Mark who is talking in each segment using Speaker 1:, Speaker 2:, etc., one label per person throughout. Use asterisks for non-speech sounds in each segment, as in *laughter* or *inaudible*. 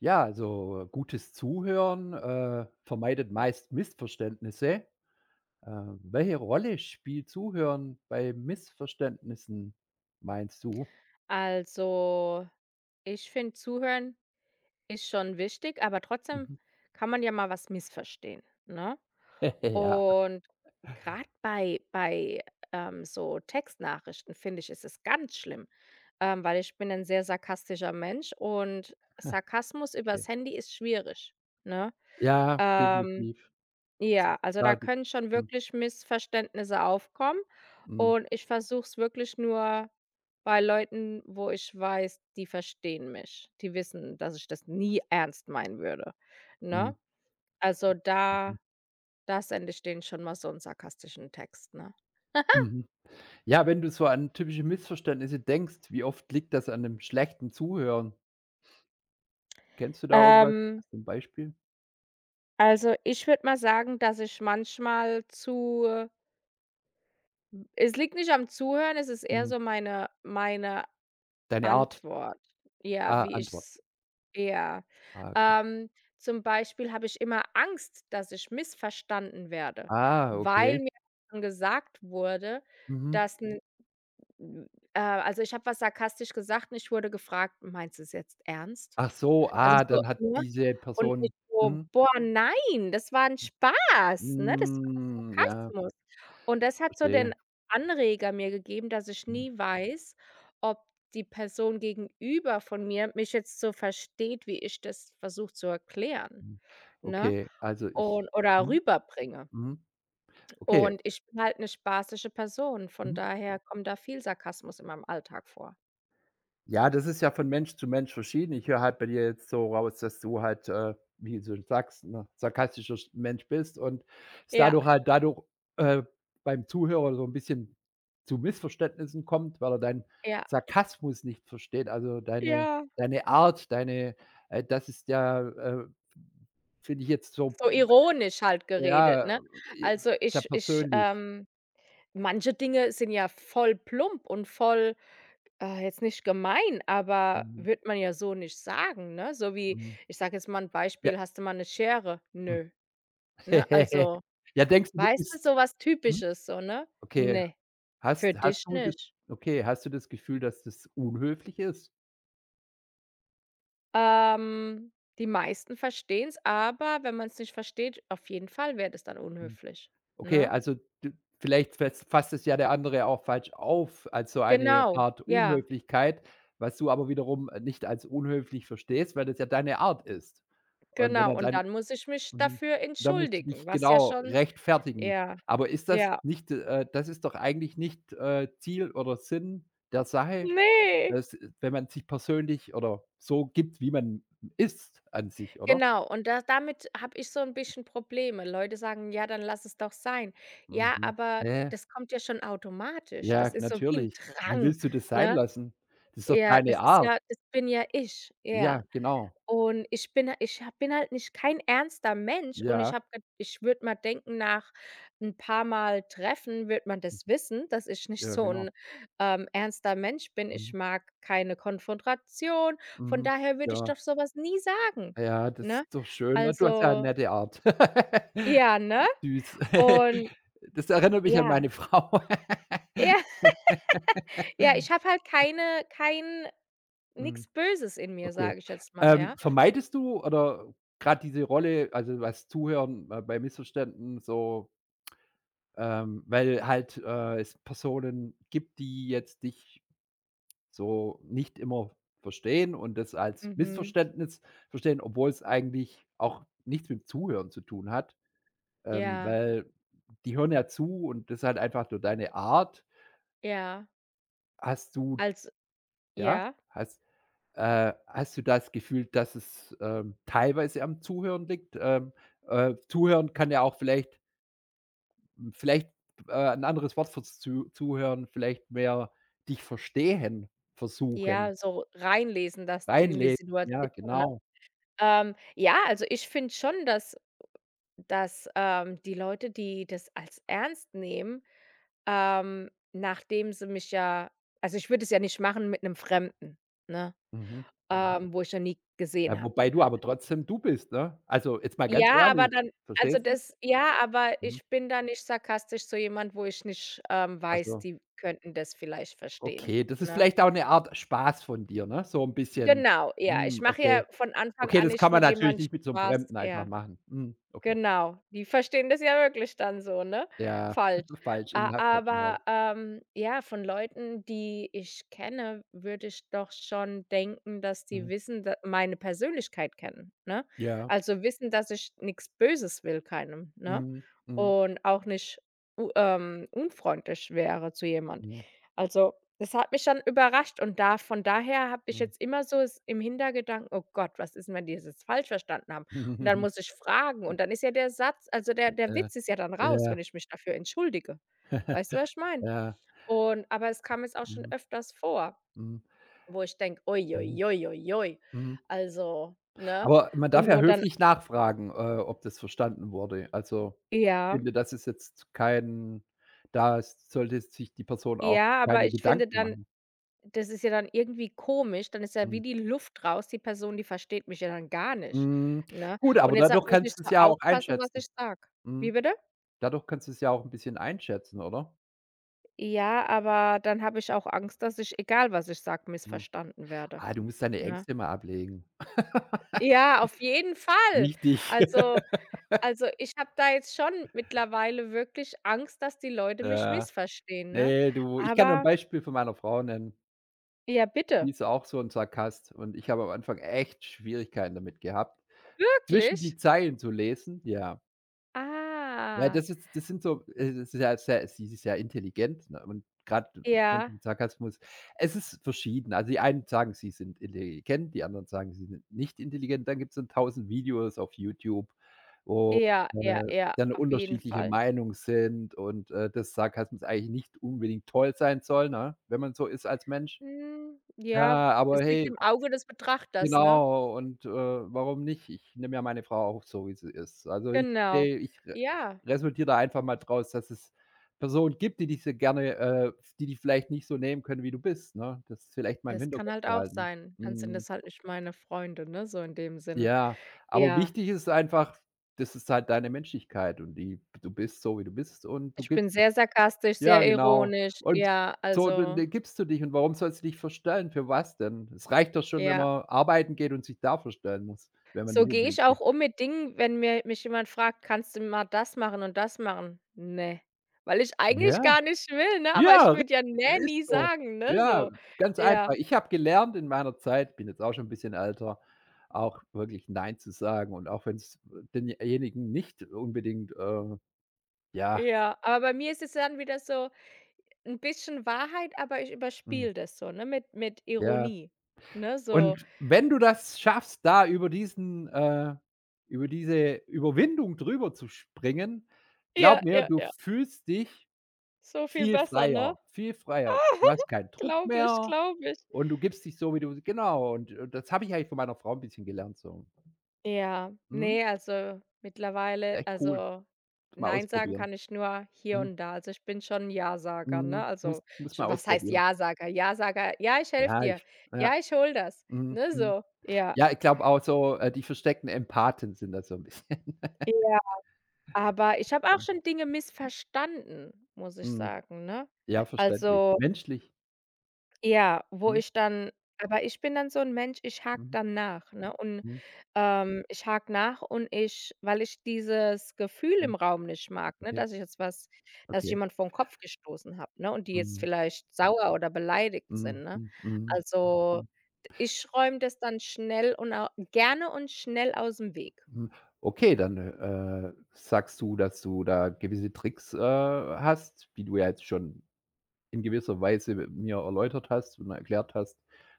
Speaker 1: Ja, also gutes Zuhören, vermeidet meist Missverständnisse. Äh, Welche Rolle spielt Zuhören bei Missverständnissen, meinst du?
Speaker 2: Also, ich finde, Zuhören ist schon wichtig, aber trotzdem
Speaker 1: Mhm.
Speaker 2: kann man ja mal was missverstehen, ne?
Speaker 1: *laughs* Ja,
Speaker 2: Und gerade bei so Textnachrichten, finde ich, ist es ganz schlimm, weil ich bin ein sehr sarkastischer Mensch und Sarkasmus
Speaker 1: okay.
Speaker 2: übers Handy ist schwierig, ne?
Speaker 1: Ja,
Speaker 2: Ähm
Speaker 1: definitiv. S
Speaker 2: ja, also
Speaker 1: Ja,
Speaker 2: da
Speaker 1: das,
Speaker 2: können schon
Speaker 1: mhm,
Speaker 2: wirklich Missverständnisse aufkommen
Speaker 1: mhm,
Speaker 2: und ich versuche es wirklich nur bei Leuten, wo ich weiß, die verstehen mich. Die wissen, dass ich das nie ernst meinen würde,
Speaker 1: mhm,
Speaker 2: ne? Also
Speaker 1: okay.
Speaker 2: da sende ich denen schon mal so 'n sarkastischen Text, ne?
Speaker 1: Mhm. Ja, wenn du so an typische Missverständnisse denkst, wie oft liegt das an dem schlechten Zuhören? Kennst du da irgendwas?
Speaker 2: Ähm,
Speaker 1: Hast du 'n Beispiel?
Speaker 2: also ich würde mal sagen, dass ich manchmal zu es liegt nicht am Zuhören, es ist eher
Speaker 1: Mhm.
Speaker 2: so meine
Speaker 1: Deine Art?
Speaker 2: Antwort, ja,
Speaker 1: Ah,
Speaker 2: wie
Speaker 1: Antwort.
Speaker 2: ich's Ja.
Speaker 1: Ah, okay.
Speaker 2: Ähm, Zum Beispiel habe ich immer Angst, dass ich missverstanden werde,
Speaker 1: Ah,
Speaker 2: weil
Speaker 1: okay.
Speaker 2: mir schon gesagt wurde,
Speaker 1: Mhm.
Speaker 2: dass 'n n also, ich habe was sarkastisch gesagt und ich wurde gefragt: „Meinst du es jetzt ernst?“
Speaker 1: Ach so,
Speaker 2: Also,
Speaker 1: ah,
Speaker 2: so,
Speaker 1: dann hat
Speaker 2: ne?
Speaker 1: diese
Speaker 2: Und
Speaker 1: Person.
Speaker 2: ich so:
Speaker 1: Mhm.
Speaker 2: „Boah, nein, das war 'n Spaß, ne? Das war
Speaker 1: Hm, ja,
Speaker 2: Sarkasmus.“ Und das hat so
Speaker 1: verstehe.
Speaker 2: den Anreger mir gegeben, dass ich
Speaker 1: Mhm,
Speaker 2: nie weiß, ob die Person gegenüber von mir mich jetzt so versteht, wie ich das versuche zu erklären,
Speaker 1: mhm.
Speaker 2: ne?
Speaker 1: Okay, also ich,
Speaker 2: Und oder
Speaker 1: mhm,
Speaker 2: rüberbringe.
Speaker 1: mhm, okay,
Speaker 2: Und ich bin halt 'ne spaßige Person, von
Speaker 1: mhm.
Speaker 2: daher kommt da viel Sarkasmus in meinem Alltag vor.
Speaker 1: Ja, das ist ja von Mensch zu Mensch verschieden. Ich höre halt bei dir jetzt so raus, dass du halt, wie du sagst, 'n sarkastischer Sch Mensch bist und es
Speaker 2: Ja,
Speaker 1: dadurch halt dadurch, äh, beim Zuhörer so ein bisschen zu Missverständnissen kommt, weil er deinen
Speaker 2: ja,
Speaker 1: Sarkasmus nicht versteht, also deine
Speaker 2: ja.
Speaker 1: deine Art, deine das ist ja, finde ich jetzt so,
Speaker 2: So ironisch halt geredet,
Speaker 1: ja,
Speaker 2: ne?
Speaker 1: äh,
Speaker 2: Also,
Speaker 1: sehr
Speaker 2: ich ich,
Speaker 1: persönlich.
Speaker 2: ähm Manche Dinge sind ja voll plump und voll jetzt nicht gemein, aber
Speaker 1: Mhm,
Speaker 2: würde man ja so nicht sagen, ne? So wie,
Speaker 1: mhm.
Speaker 2: ich sage jetzt mal ein
Speaker 1: Ja.
Speaker 2: Beispiel: „Hast du mal eine Schere?“ „Nö“, ne?
Speaker 1: *laughs*
Speaker 2: Also,
Speaker 1: Ja, denkst du, du
Speaker 2: weißt du,
Speaker 1: bist,
Speaker 2: so was
Speaker 1: mhm,
Speaker 2: Typisches so, ne?
Speaker 1: okay.
Speaker 2: „Ne,
Speaker 1: Hast
Speaker 2: für
Speaker 1: hast
Speaker 2: dich
Speaker 1: du das,
Speaker 2: nicht.“
Speaker 1: okay, hast du das Gefühl, dass das unhöflich ist?
Speaker 2: Ähm, Die meisten verstehen es, aber wenn man es nicht versteht, auf jeden Fall wäre das dann
Speaker 1: Hm,
Speaker 2: unhöflich,
Speaker 1: okay,
Speaker 2: ne?
Speaker 1: also, d vielleicht fasst es ja der andere auch falsch auf als so eine
Speaker 2: Genau,
Speaker 1: Art
Speaker 2: ja,
Speaker 1: Unhöflichkeit, was du aber wiederum nicht als unhöflich verstehst, weil das ja deine Art ist. Und wenn
Speaker 2: genau.
Speaker 1: er
Speaker 2: Und
Speaker 1: dann,
Speaker 2: dann muss ich mich
Speaker 1: mhm,
Speaker 2: dafür
Speaker 1: dann musst du
Speaker 2: entschuldigen,
Speaker 1: dich
Speaker 2: was ja
Speaker 1: genau
Speaker 2: schon
Speaker 1: rechtfertigen.
Speaker 2: ja,
Speaker 1: Aber ist das
Speaker 2: ja.
Speaker 1: nicht das ist doch eigentlich nicht, Ziel oder Sinn der Sache,
Speaker 2: Nee.
Speaker 1: dass wenn man sich persönlich oder so gibt, wie man ist an sich, oder?
Speaker 2: Genau. Und da damit habe ich so ein bisschen Probleme. Leute sagen: „Ja, dann lass es doch sein.“ Ja,
Speaker 1: Mhm.
Speaker 2: aber
Speaker 1: Ne,
Speaker 2: das kommt ja schon automatisch.
Speaker 1: ja,
Speaker 2: Das ist so wie ein
Speaker 1: natürlich. Wie
Speaker 2: Drang,
Speaker 1: willst du das sein
Speaker 2: ne?
Speaker 1: lassen? Das ist doch
Speaker 2: Ja,
Speaker 1: deine
Speaker 2: das ist
Speaker 1: Art.
Speaker 2: ja das bin ja ich,
Speaker 1: Ja,
Speaker 2: ja.
Speaker 1: genau.
Speaker 2: Und ich bin ich ha bin halt nicht kein ernster Mensch und
Speaker 1: Ja,
Speaker 2: ich habe ich würde mal denken, nach ein paar Mal Treffen wird man das wissen, dass ich nicht
Speaker 1: ja,
Speaker 2: so
Speaker 1: genau.
Speaker 2: ein ernster Mensch bin. Ich
Speaker 1: Mhm,
Speaker 2: mag keine Konfrontation. Von
Speaker 1: mhm.
Speaker 2: daher würde ich doch
Speaker 1: Ja,
Speaker 2: sowas nie sagen,
Speaker 1: ja, das
Speaker 2: ne?
Speaker 1: ist doch schön. Na, du hast ja 'ne
Speaker 2: Also
Speaker 1: nette Art. *laughs*
Speaker 2: ja, ne?
Speaker 1: Süß.
Speaker 2: Und
Speaker 1: Das erinnert mich an
Speaker 2: ja,
Speaker 1: meine *laughs* Frau.
Speaker 2: *laughs* ja, ja, ich habe halt kein
Speaker 1: Mhm,
Speaker 2: nichts Böses in mir,
Speaker 1: okay.
Speaker 2: sage ich jetzt mal, ja.
Speaker 1: Vermeidest du oder grad diese Rolle, also, was Zuhören, bei Missverständen so, weil halt, es Personen gibt, die jetzt dich so nicht immer verstehen und das als
Speaker 2: Mhm.
Speaker 1: Missverständnis verstehen, obwohl es eigentlich auch nichts mit Zuhören zu tun hat,
Speaker 2: Ja,
Speaker 1: weil die hören ja zu und das ist halt einfach nur deine Art.
Speaker 2: ja.
Speaker 1: Hast du,
Speaker 2: Als
Speaker 1: ja,
Speaker 2: ja?
Speaker 1: hast hast du das Gefühl, dass es, teilweise am Zuhören liegt? Zuhören kann ja auch vielleicht, vielleicht, 'n anderes Wort fürs Zu Zuhören, vielleicht mehr dich verstehen versuchen,
Speaker 2: Ja, so reinlesen, das in die
Speaker 1: reinleben.
Speaker 2: Situation,
Speaker 1: Ja,
Speaker 2: ne?
Speaker 1: genau.
Speaker 2: Ja, also ich finde schon, dass die Leute, die das als ernst nehmen, nachdem sie mich ja also ich würde es ja nicht machen mit einem Fremden, ne,
Speaker 1: Mhm.
Speaker 2: Mhm. Wo ich ja nie
Speaker 1: Ja,
Speaker 2: gesehen habe.
Speaker 1: wobei du aber trotzdem du bist, ne? Also, jetzt mal ganz
Speaker 2: Ja, aber
Speaker 1: ehrlich,
Speaker 2: dann also
Speaker 1: verstehst du?
Speaker 2: das ja, aber
Speaker 1: Mhm.
Speaker 2: ich bin da nicht sarkastisch zu jemand, wo ich nicht, weiß,
Speaker 1: Also,
Speaker 2: die könnten das vielleicht verstehen,
Speaker 1: okay, das ist
Speaker 2: ne?
Speaker 1: vielleicht auch 'ne Art Spaß von dir, ne? So 'n bisschen.
Speaker 2: Genau, ja.
Speaker 1: Hm,
Speaker 2: Ich mache
Speaker 1: okay.
Speaker 2: ja von Anfang
Speaker 1: Okay,
Speaker 2: an
Speaker 1: das
Speaker 2: nicht
Speaker 1: kann man
Speaker 2: mit
Speaker 1: natürlich
Speaker 2: jemand
Speaker 1: nicht mit so 'nem
Speaker 2: Spaß,
Speaker 1: Fremden einfach
Speaker 2: ja.
Speaker 1: machen. Mhm, okay.
Speaker 2: Genau, die verstehen das ja wirklich dann so, ne?
Speaker 1: Ja,
Speaker 2: Falsch.
Speaker 1: *laughs* falsch, in
Speaker 2: A
Speaker 1: der falschen Hals.
Speaker 2: aber, ja, von Leuten, die ich kenne, würde ich doch schon denken, dass die
Speaker 1: Mhm.
Speaker 2: wissen, da meine Persönlichkeit kennen, ne?
Speaker 1: Ja.
Speaker 2: Also, wissen, dass ich nichts Böses will keinem, ne?
Speaker 1: Mhm, mhm,
Speaker 2: Und auch nicht u unfreundlich wäre zu jemand.
Speaker 1: mhm,
Speaker 2: Also, das hat mich schon überrascht und da von daher habe ich
Speaker 1: mhm.
Speaker 2: jetzt immer so es im Hintergedanken: „Oh Gott, was ist wenn die es jetzt falsch verstanden haben?“ Und dann
Speaker 1: *laughs*
Speaker 2: muss ich fragen und dann ist ja der Satz also, der
Speaker 1: Ja,
Speaker 2: Witz ist ja dann raus, wenn
Speaker 1: ja,
Speaker 2: ich mich dafür entschuldige. Weißt du, was ich meine?
Speaker 1: ja.
Speaker 2: Und aber es kam jetzt auch schon
Speaker 1: Mhm,
Speaker 2: öfters vor,
Speaker 1: mhm,
Speaker 2: wo ich denke: „Ui,
Speaker 1: mhm,
Speaker 2: ui, ui, ui, ui.“
Speaker 1: mhm.
Speaker 2: Also, ne?
Speaker 1: Aber man darf
Speaker 2: Und
Speaker 1: ja
Speaker 2: wo dann
Speaker 1: höflich nachfragen, ob das verstanden wurde. Also, ich
Speaker 2: ja,
Speaker 1: finde, das ist jetzt kein, da sollte sich die Person auch
Speaker 2: ja, aber
Speaker 1: keine
Speaker 2: ich finde
Speaker 1: Gedanken
Speaker 2: dann
Speaker 1: machen.
Speaker 2: das ist ja dann irgendwie komisch, dann ist ja wie
Speaker 1: Mhm.
Speaker 2: die Luft raus, die Person, die versteht mich ja dann gar nicht,
Speaker 1: Mhm.
Speaker 2: ne?
Speaker 1: Gut,
Speaker 2: Und
Speaker 1: aber dadurch
Speaker 2: deshalb muss ich
Speaker 1: kannst du's
Speaker 2: so
Speaker 1: ja auch
Speaker 2: aufpassen, was
Speaker 1: einschätzen.
Speaker 2: ich sage. Wie
Speaker 1: Mhm.
Speaker 2: bitte?
Speaker 1: Dadurch kannst du's ja auch 'n bisschen einschätzen, oder?
Speaker 2: Ja, aber dann habe ich auch Angst, dass ich, egal was ich sage,
Speaker 1: Mhm.
Speaker 2: missverstanden werde,
Speaker 1: Ah, du musst deine
Speaker 2: ne?
Speaker 1: Ängste mal ablegen.
Speaker 2: Ja, auf jeden Fall.
Speaker 1: Wichtig. *laughs*
Speaker 2: Also also, ich habe da jetzt schon mittlerweile wirklich Angst, dass die Leute mich
Speaker 1: Ja.
Speaker 2: missverstehen, ne?
Speaker 1: Ne, du, ich kann dir 'n
Speaker 2: Aber
Speaker 1: Beispiel von meiner Frau nennen.
Speaker 2: ja,
Speaker 1: Die
Speaker 2: bitte.
Speaker 1: ist auch so 'n Sarkast und ich habe am Anfang echt Schwierigkeiten damit gehabt, zwischen
Speaker 2: Wirklich?
Speaker 1: die Zeilen zu lesen. Ja. Ja,
Speaker 2: Ah.
Speaker 1: das ist, das sind so, das ist ja sehr, sie ist ja intelligent, ne, und grad Menschen
Speaker 2: Ja,
Speaker 1: mit Sarkasmus, es ist verschieden. Also, die einen sagen, sie sind intelligent, die anderen sagen, sie sind nicht intelligent. Dann gibt's dann 1.000 Videos auf YouTube, wo,
Speaker 2: ja,
Speaker 1: äh,
Speaker 2: ja, ja,
Speaker 1: dann
Speaker 2: auf jeden
Speaker 1: unterschiedlicher
Speaker 2: Fall.
Speaker 1: Meinung sind und, dass Sarkasmus eigentlich nicht unbedingt toll sein soll, ne, wenn man so ist als Mensch.
Speaker 2: Hm, ja,
Speaker 1: Ja, aber
Speaker 2: es liegt
Speaker 1: hey.
Speaker 2: im Auge des Betrachters, ne?
Speaker 1: Genau, und, warum nicht? Ich nehme ja meine Frau auch so, wie sie ist. Also, ich
Speaker 2: Genau.
Speaker 1: sehe ich re
Speaker 2: Ja.
Speaker 1: resultiere da einfach mal draus, dass es Personen gibt, die dich so gerne, die dich vielleicht nicht so nehmen können, wie du bist, ne? Das vielleicht mal im
Speaker 2: Das kann
Speaker 1: Hinterkopf
Speaker 2: halt auch
Speaker 1: behalten.
Speaker 2: sein. Dann sind
Speaker 1: Mhm.
Speaker 2: das halt nicht meine Freunde, ne, so in dem Sinne.
Speaker 1: Ja, aber
Speaker 2: Ja,
Speaker 1: wichtig ist einfach, das ist halt deine Menschlichkeit und die, du bist so, wie du bist und du
Speaker 2: ich bin
Speaker 1: gibst,
Speaker 2: sehr sarkastisch,
Speaker 1: ja,
Speaker 2: sehr
Speaker 1: genau.
Speaker 2: ironisch.
Speaker 1: Und
Speaker 2: Ja,
Speaker 1: so, dann
Speaker 2: also
Speaker 1: dann gibst du dich und warum sollst du dich verstellen? Für was denn? Es reicht doch schon, wenn
Speaker 2: ja.
Speaker 1: man arbeiten geht und sich da verstellen muss, wenn man
Speaker 2: So
Speaker 1: nicht
Speaker 2: gehe
Speaker 1: unbedingt
Speaker 2: ich auch
Speaker 1: möchte.
Speaker 2: um mit Dingen, wenn mir mich jemand fragt: „Kannst du mal das machen und das machen?“ Ne, weil ich eigentlich
Speaker 1: Ja,
Speaker 2: gar nicht will, ne, aber
Speaker 1: ja,
Speaker 2: ich
Speaker 1: richtig,
Speaker 2: würde ja
Speaker 1: ja,
Speaker 2: „ne“ nie
Speaker 1: ist so.
Speaker 2: sagen, ne,
Speaker 1: Ja,
Speaker 2: so.
Speaker 1: ganz einfach.
Speaker 2: Ja,
Speaker 1: Ich habe gelernt in meiner Zeit, bin jetzt auch schon 'n bisschen älter, auch wirklich „Nein" zu sagen und auch wenn's, denjenigen nicht unbedingt, ja,
Speaker 2: ja. Aber bei mir ist es dann wieder so 'n bisschen Wahrheit, aber ich
Speaker 1: hm,
Speaker 2: überspiele das so, ne, mit
Speaker 1: ja.
Speaker 2: Ironie, ne, so.
Speaker 1: Und wenn du das schaffst, da über diesen, über diese Überwindung drüber zu springen, glaub
Speaker 2: Ja,
Speaker 1: mir,
Speaker 2: ja,
Speaker 1: du
Speaker 2: ja.
Speaker 1: fühlst dich
Speaker 2: So viel
Speaker 1: viel
Speaker 2: besser, ne?
Speaker 1: freier, viel freier. Du hast keinen Druck
Speaker 2: Glaube ich,
Speaker 1: mehr
Speaker 2: glaube ich.
Speaker 1: und du gibst dich so, wie du, genau, und das habe ich eigentlich von meiner Frau ein bisschen gelernt so.
Speaker 2: Ja,
Speaker 1: Mhm,
Speaker 2: ne, also, mittlerweile
Speaker 1: echt cool.
Speaker 2: also,
Speaker 1: Mal
Speaker 2: nein sagen
Speaker 1: ausprobieren.
Speaker 2: kann ich nur hier
Speaker 1: Mhm,
Speaker 2: und da. Also, ich bin schon 'n Ja-Sager, ne?
Speaker 1: mhm, muss
Speaker 2: Also,
Speaker 1: muss
Speaker 2: sch
Speaker 1: mal
Speaker 2: was heißt
Speaker 1: ausprobieren.
Speaker 2: Ja-Sager? Ja-Sager: „Ja, ich helfe
Speaker 1: Ja,
Speaker 2: dir.
Speaker 1: ich, ja,
Speaker 2: Ja, ich hole das.“
Speaker 1: mhm,
Speaker 2: Ne,
Speaker 1: mhm.
Speaker 2: so. Ja.
Speaker 1: Ja, ich glaube auch so, die versteckten Empathen sind das so 'n bisschen.
Speaker 2: Ja, aber ich habe auch
Speaker 1: *laughs*
Speaker 2: schon Dinge missverstanden, muss ich
Speaker 1: Mhm.
Speaker 2: sagen, ne?
Speaker 1: Ja, verständlich.
Speaker 2: Also
Speaker 1: Menschlich.
Speaker 2: Ja, wo
Speaker 1: Mhm,
Speaker 2: ich dann aber ich bin dann so 'n Mensch, ich hake
Speaker 1: mhm,
Speaker 2: dann nach, ne? Und,
Speaker 1: mhm,
Speaker 2: ich hake nach und ich weil ich dieses Gefühl
Speaker 1: mhm.
Speaker 2: im Raum nicht mag, ne,
Speaker 1: Okay,
Speaker 2: dass ich jetzt was dass ich
Speaker 1: okay.
Speaker 2: jemanden vor den Kopf gestoßen habe, ne, und die jetzt
Speaker 1: Mhm,
Speaker 2: vielleicht sauer oder beleidigt
Speaker 1: mhm,
Speaker 2: sind, ne?
Speaker 1: mhm, mhm,
Speaker 2: Also,
Speaker 1: mhm,
Speaker 2: ich räume das dann schnell und au gerne und schnell aus'm Weg.
Speaker 1: mhm. Okay, dann, sagst du, dass du da gewisse Tricks, hast, wie du ja jetzt schon in gewisser Weise mir erläutert hast und erklärt hast,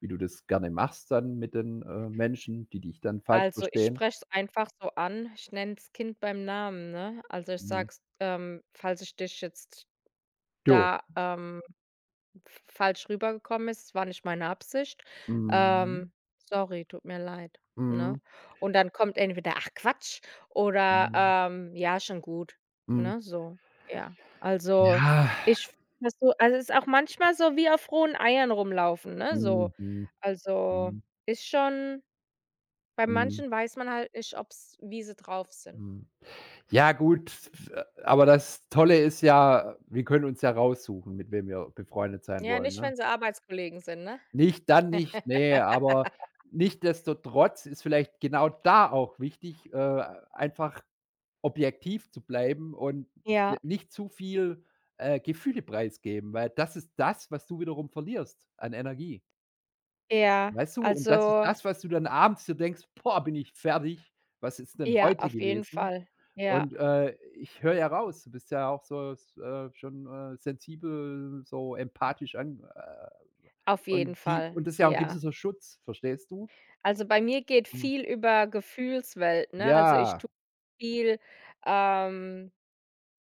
Speaker 1: wie du das gerne machst dann mit den, Menschen, die dich dann falsch
Speaker 2: Also, ich
Speaker 1: verstehen.
Speaker 2: spreche es einfach so an. Ich nenne das Kind beim Namen, ne? Also, ich
Speaker 1: Mhm.
Speaker 2: sage es, „Falls ich dich jetzt
Speaker 1: Jo.
Speaker 2: da, f falsch rübergekommen ist. Es war nicht meine Absicht.
Speaker 1: Mhm,
Speaker 2: Ähm, sorry, tut mir leid, ne?
Speaker 1: mhm,
Speaker 2: Und dann kommt entweder: „Ach Quatsch“ oder,
Speaker 1: mhm,
Speaker 2: „Ja, schon gut“,
Speaker 1: mhm.
Speaker 2: ne, so. Ja, also,
Speaker 1: Ja.
Speaker 2: ich finde das so also, es ist auch manchmal so wie auf rohen Eiern rumlaufen, ne,
Speaker 1: Mhm,
Speaker 2: so.
Speaker 1: mhm,
Speaker 2: Also,
Speaker 1: mhm,
Speaker 2: ist schon bei
Speaker 1: mhm,
Speaker 2: manchen weiß man halt nicht, ob's wie sie drauf sind.
Speaker 1: mhm. Ja, gut, aber das Tolle ist ja, wir können uns ja raussuchen, mit wem wir befreundet sein
Speaker 2: Ja,
Speaker 1: wollen,
Speaker 2: nicht,
Speaker 1: ne?
Speaker 2: wenn sie Arbeitskollegen sind, ne?
Speaker 1: Nicht, dann nicht, ne, aber nichtsdestotrotz ist vielleicht genau da auch wichtig, einfach objektiv zu bleiben und
Speaker 2: Ja,
Speaker 1: n nicht zu viel, Gefühle preisgeben, weil das ist das, was du wiederum verlierst an Energie.
Speaker 2: ja,
Speaker 1: Weißt du? Und das ist
Speaker 2: also
Speaker 1: das, was du dann abends so denkst: „Boah, bin ich fertig. Was ist denn
Speaker 2: ja,
Speaker 1: heute
Speaker 2: auf jeden
Speaker 1: gewesen?"
Speaker 2: Fall. Ja.
Speaker 1: Und, ich höre ja raus, du bist ja auch so, s schon, sensibel, so empathisch an,
Speaker 2: Auf jeden
Speaker 1: und die
Speaker 2: Fall,
Speaker 1: und das ist ja auch 'n gewisser
Speaker 2: ja.
Speaker 1: so Schutz, verstehst du?
Speaker 2: Also, bei mir geht
Speaker 1: Mhm.
Speaker 2: viel über Gefühlswelt, ne? Also, ich
Speaker 1: Ja.
Speaker 2: tue viel, ähm,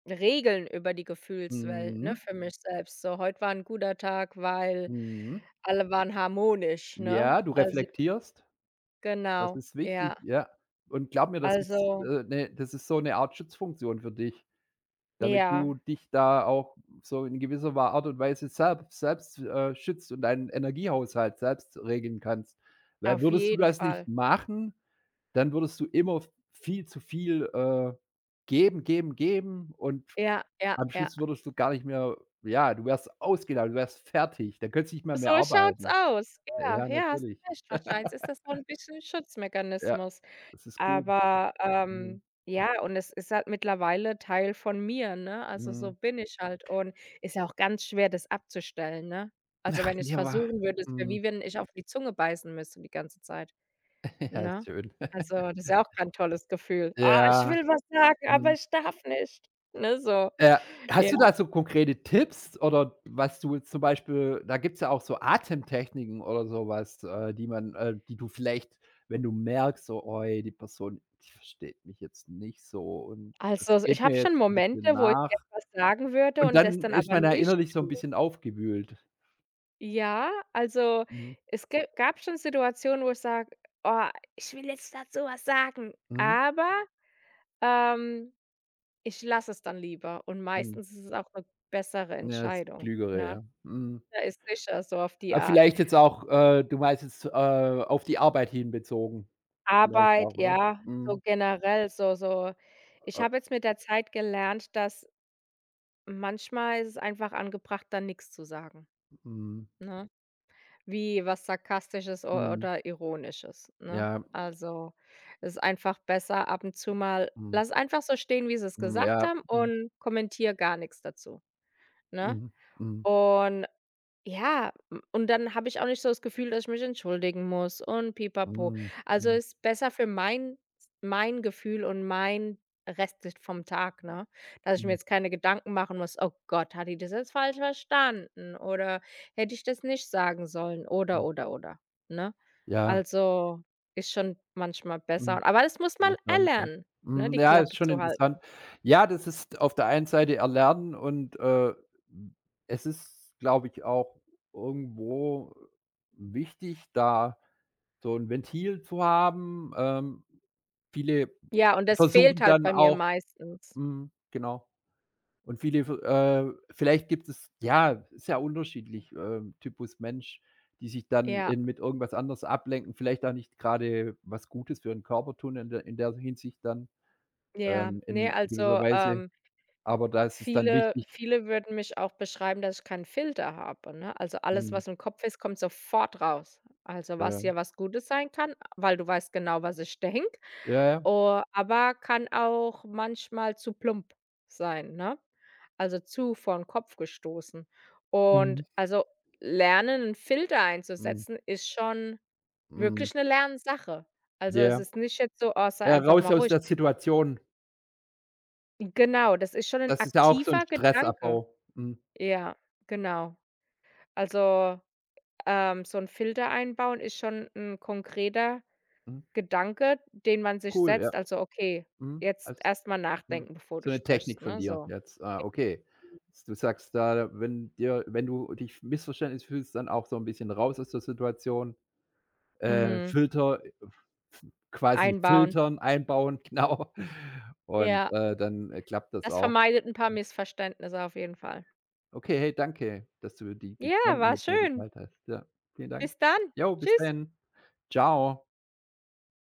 Speaker 2: regeln über die Gefühlswelt, ne,
Speaker 1: Mhm.
Speaker 2: für mich selbst. So, heute war ein guter Tag, weil
Speaker 1: Mhm.
Speaker 2: alle waren harmonisch, ne?
Speaker 1: Ja, du
Speaker 2: Also
Speaker 1: reflektierst. Das
Speaker 2: genau,
Speaker 1: ist wichtig,
Speaker 2: ja.
Speaker 1: ja. Und glaub mir, das ist,
Speaker 2: Also,
Speaker 1: 'ne, das ist so 'ne Art Schutzfunktion für dich. Damit
Speaker 2: ja,
Speaker 1: du dich da auch so in gewisser Wa Art und Weise selbst, schützt und deinen Energiehaushalt selbst regeln kannst. Weil
Speaker 2: auf
Speaker 1: würdest du
Speaker 2: jeden
Speaker 1: das nicht
Speaker 2: Fall.
Speaker 1: machen, dann würdest du immer viel zu viel, geben, geben, geben und
Speaker 2: Ja, ja,
Speaker 1: am
Speaker 2: ja.
Speaker 1: Schluss würdest du gar nicht mehr, ja, du wärst ausgelaugt, du wärst fertig, dann könntest du nicht mal mehr
Speaker 2: So schaut's
Speaker 1: arbeiten.
Speaker 2: aus. Ja,
Speaker 1: Ja,
Speaker 2: ja, hast
Speaker 1: natürlich.
Speaker 2: recht. Wahrscheinlich ist das so ein bisschen
Speaker 1: Ja,
Speaker 2: Schutzmechanismus.
Speaker 1: das ist gut.
Speaker 2: Aber,
Speaker 1: Mhm,
Speaker 2: ja, und es ist halt mittlerweile Teil von mir, ne? Also, so
Speaker 1: mhm.
Speaker 2: bin ich halt und ist ja auch ganz schwer, das abzustellen, ne? Also,
Speaker 1: Ach,
Speaker 2: wenn ich es
Speaker 1: ja, wa
Speaker 2: versuchen würde, es wäre
Speaker 1: mhm.
Speaker 2: wie wenn ich auf die Zunge beißen müsste die ganze Zeit,
Speaker 1: *laughs* Ja, ist
Speaker 2: ne?
Speaker 1: schön.
Speaker 2: Also,
Speaker 1: *laughs*
Speaker 2: das ist ja auch kein tolles Gefühl. „Ah, ich
Speaker 1: Ja,
Speaker 2: will was sagen, aber
Speaker 1: mhm.
Speaker 2: ich darf nicht“, ne, so.
Speaker 1: Äh,
Speaker 2: Ja.
Speaker 1: hast du da so konkrete Tipps oder was du jetzt zum Beispiel, da gibt's ja auch so Atemtechniken oder sowas, die man, die du vielleicht, wenn du merkst, so: „Oi, die Person, die versteht mich jetzt nicht so und
Speaker 2: Also,
Speaker 1: das
Speaker 2: ich
Speaker 1: geht mir
Speaker 2: habe schon
Speaker 1: jetzt ein bisschen
Speaker 2: Momente, wo ich gern
Speaker 1: nach."
Speaker 2: was sagen würde
Speaker 1: Und
Speaker 2: und das
Speaker 1: dann
Speaker 2: dann
Speaker 1: ist
Speaker 2: aber
Speaker 1: man da
Speaker 2: nicht
Speaker 1: innerlich so ein
Speaker 2: tue.
Speaker 1: bisschen aufgewühlt.
Speaker 2: Ja, also,
Speaker 1: Mhm.
Speaker 2: es gä gab schon Situationen, wo ich sage: „Oh, ich will jetzt dazu was sagen“,
Speaker 1: Mhm.
Speaker 2: aber, ähm, ich lasse es dann lieber und
Speaker 1: Mhm.
Speaker 2: meistens ist es auch eine bessere
Speaker 1: Ja, das
Speaker 2: Entscheidung,
Speaker 1: Klügere,
Speaker 2: ne?
Speaker 1: ja. Mhm.
Speaker 2: Da ist sicher, so auf die
Speaker 1: Aber
Speaker 2: Art.
Speaker 1: vielleicht jetzt auch, du meinst jetzt, auf die Arbeit hin bezogen vielleicht
Speaker 2: Arbeit,
Speaker 1: auch, oder?
Speaker 2: ja, so
Speaker 1: Mhm.
Speaker 2: generell, so ich
Speaker 1: Äh,
Speaker 2: habe jetzt mit der Zeit gelernt, dass manchmal ist es einfach angebracht, dann nichts zu sagen,
Speaker 1: mhm.
Speaker 2: ne? Wie was Sarkastisches o
Speaker 1: Mhm.
Speaker 2: oder Ironisches, ne?
Speaker 1: Ja,
Speaker 2: Also, es ist einfach besser ab und zu mal
Speaker 1: mhm.
Speaker 2: lass einfach so stehen, wie sie es
Speaker 1: Mhm,
Speaker 2: gesagt
Speaker 1: ja.
Speaker 2: haben
Speaker 1: Mhm.
Speaker 2: und kommentiere gar nichts dazu, ne?
Speaker 1: Mhm. Mhm.
Speaker 2: Und ja, m und dann habe ich auch nicht so das Gefühl, dass ich mich entschuldigen muss und pipapo.
Speaker 1: Mhm.
Speaker 2: Also,
Speaker 1: Mhm.
Speaker 2: ist besser für mein Gefühl und mein Restlicht vom Tag, ne? Dass ich mir
Speaker 1: Mhm.
Speaker 2: jetzt keine Gedanken machen muss: „Oh Gott, hat die das jetzt falsch verstanden?“ Oder: „Hätte ich das nicht sagen sollen?“
Speaker 1: Mhm.
Speaker 2: oder, ne?
Speaker 1: Ja,
Speaker 2: Also, ist schon manchmal
Speaker 1: mhm,
Speaker 2: besser. Aber das muss man
Speaker 1: interessant, ja.
Speaker 2: erlernen, ne,
Speaker 1: Hm,
Speaker 2: die
Speaker 1: ja, ist
Speaker 2: Klappe
Speaker 1: schon
Speaker 2: zu
Speaker 1: interessant.
Speaker 2: halten.
Speaker 1: Ja, das ist auf der einen Seite Erlernen und, hm, es ist, glaube ich, auch irgendwo wichtig, da so 'n Ventil zu haben. Viele
Speaker 2: Ja, und das fehlt
Speaker 1: versuchen
Speaker 2: halt
Speaker 1: dann
Speaker 2: bei mir
Speaker 1: auch,
Speaker 2: meistens.
Speaker 1: mhm, genau. Und viele, vielleicht gibt es ja, ist ja unterschiedlich, Typus Mensch, die sich dann
Speaker 2: Ja,
Speaker 1: in, mit irgendwas anderes ablenken, vielleicht auch nicht gerade was Gutes für den Körper tun in der Hinsicht dann,
Speaker 2: ja. Ne,
Speaker 1: in gewisser
Speaker 2: also,
Speaker 1: Weise. Aber da ist es dann
Speaker 2: Viele
Speaker 1: wichtig,
Speaker 2: viele würden mich auch beschreiben, dass ich keinen Filter habe, ne? Also, alles,
Speaker 1: mhm,
Speaker 2: was im Kopf ist, kommt sofort raus. Also, was
Speaker 1: ja.
Speaker 2: hier was Gutes sein kann, weil du weißt genau, was ich *laughs* denke,
Speaker 1: Ja, ja.
Speaker 2: o aber kann auch manchmal zu plump sein, ne? Also, zu vor den Kopf gestoßen.
Speaker 1: Mhm.
Speaker 2: Und, also, lernen, einen Filter
Speaker 1: Mhm.
Speaker 2: einzusetzen, ist schon
Speaker 1: Mhm.
Speaker 2: wirklich eine Lernsache. Also, es
Speaker 1: Ja.
Speaker 2: ist nicht jetzt so: „Oh, sei
Speaker 1: Ja,
Speaker 2: einfach mal
Speaker 1: raus aus
Speaker 2: ruhig.“
Speaker 1: der Situation.
Speaker 2: Genau, das ist schon ein
Speaker 1: Das ist ja auch so 'n
Speaker 2: aktiver Gedanke.
Speaker 1: Stressabbau. Mhm.
Speaker 2: Ja, genau. Also, so ein Filter einbauen ist schon ein konkreter
Speaker 1: Mhm.
Speaker 2: Gedanke, den man sich
Speaker 1: Cool, ja.
Speaker 2: setzt. Also: „Okay,
Speaker 1: Mhm.
Speaker 2: jetzt
Speaker 1: Als
Speaker 2: erstmal
Speaker 1: Mhm.
Speaker 2: nachdenken, bevor
Speaker 1: So
Speaker 2: du
Speaker 1: 'ne
Speaker 2: sprichst“,
Speaker 1: Technik von
Speaker 2: ne,
Speaker 1: dir
Speaker 2: so.
Speaker 1: jetzt. Ah, okay. S Du sagst da, wenn dir, wenn du dich missverständlich fühlst, dann auch so 'n bisschen raus aus der Situation,
Speaker 2: Mhm.
Speaker 1: Filter, f quasi
Speaker 2: Einbauen.
Speaker 1: filtern, einbauen, *laughs* genau. Und,
Speaker 2: Ja,
Speaker 1: dann, klappt das
Speaker 2: das
Speaker 1: auch.
Speaker 2: vermeidet ein paar Missverständnisse auf jeden Fall.
Speaker 1: Okay, hey, danke, dass du die
Speaker 2: Ja,
Speaker 1: Gedanken
Speaker 2: war
Speaker 1: mit mir
Speaker 2: schön.
Speaker 1: geteilt hast. Ja, vielen Dank.
Speaker 2: Bis dann.
Speaker 1: Jo, bis
Speaker 2: Tschüss.
Speaker 1: dann. Tschau.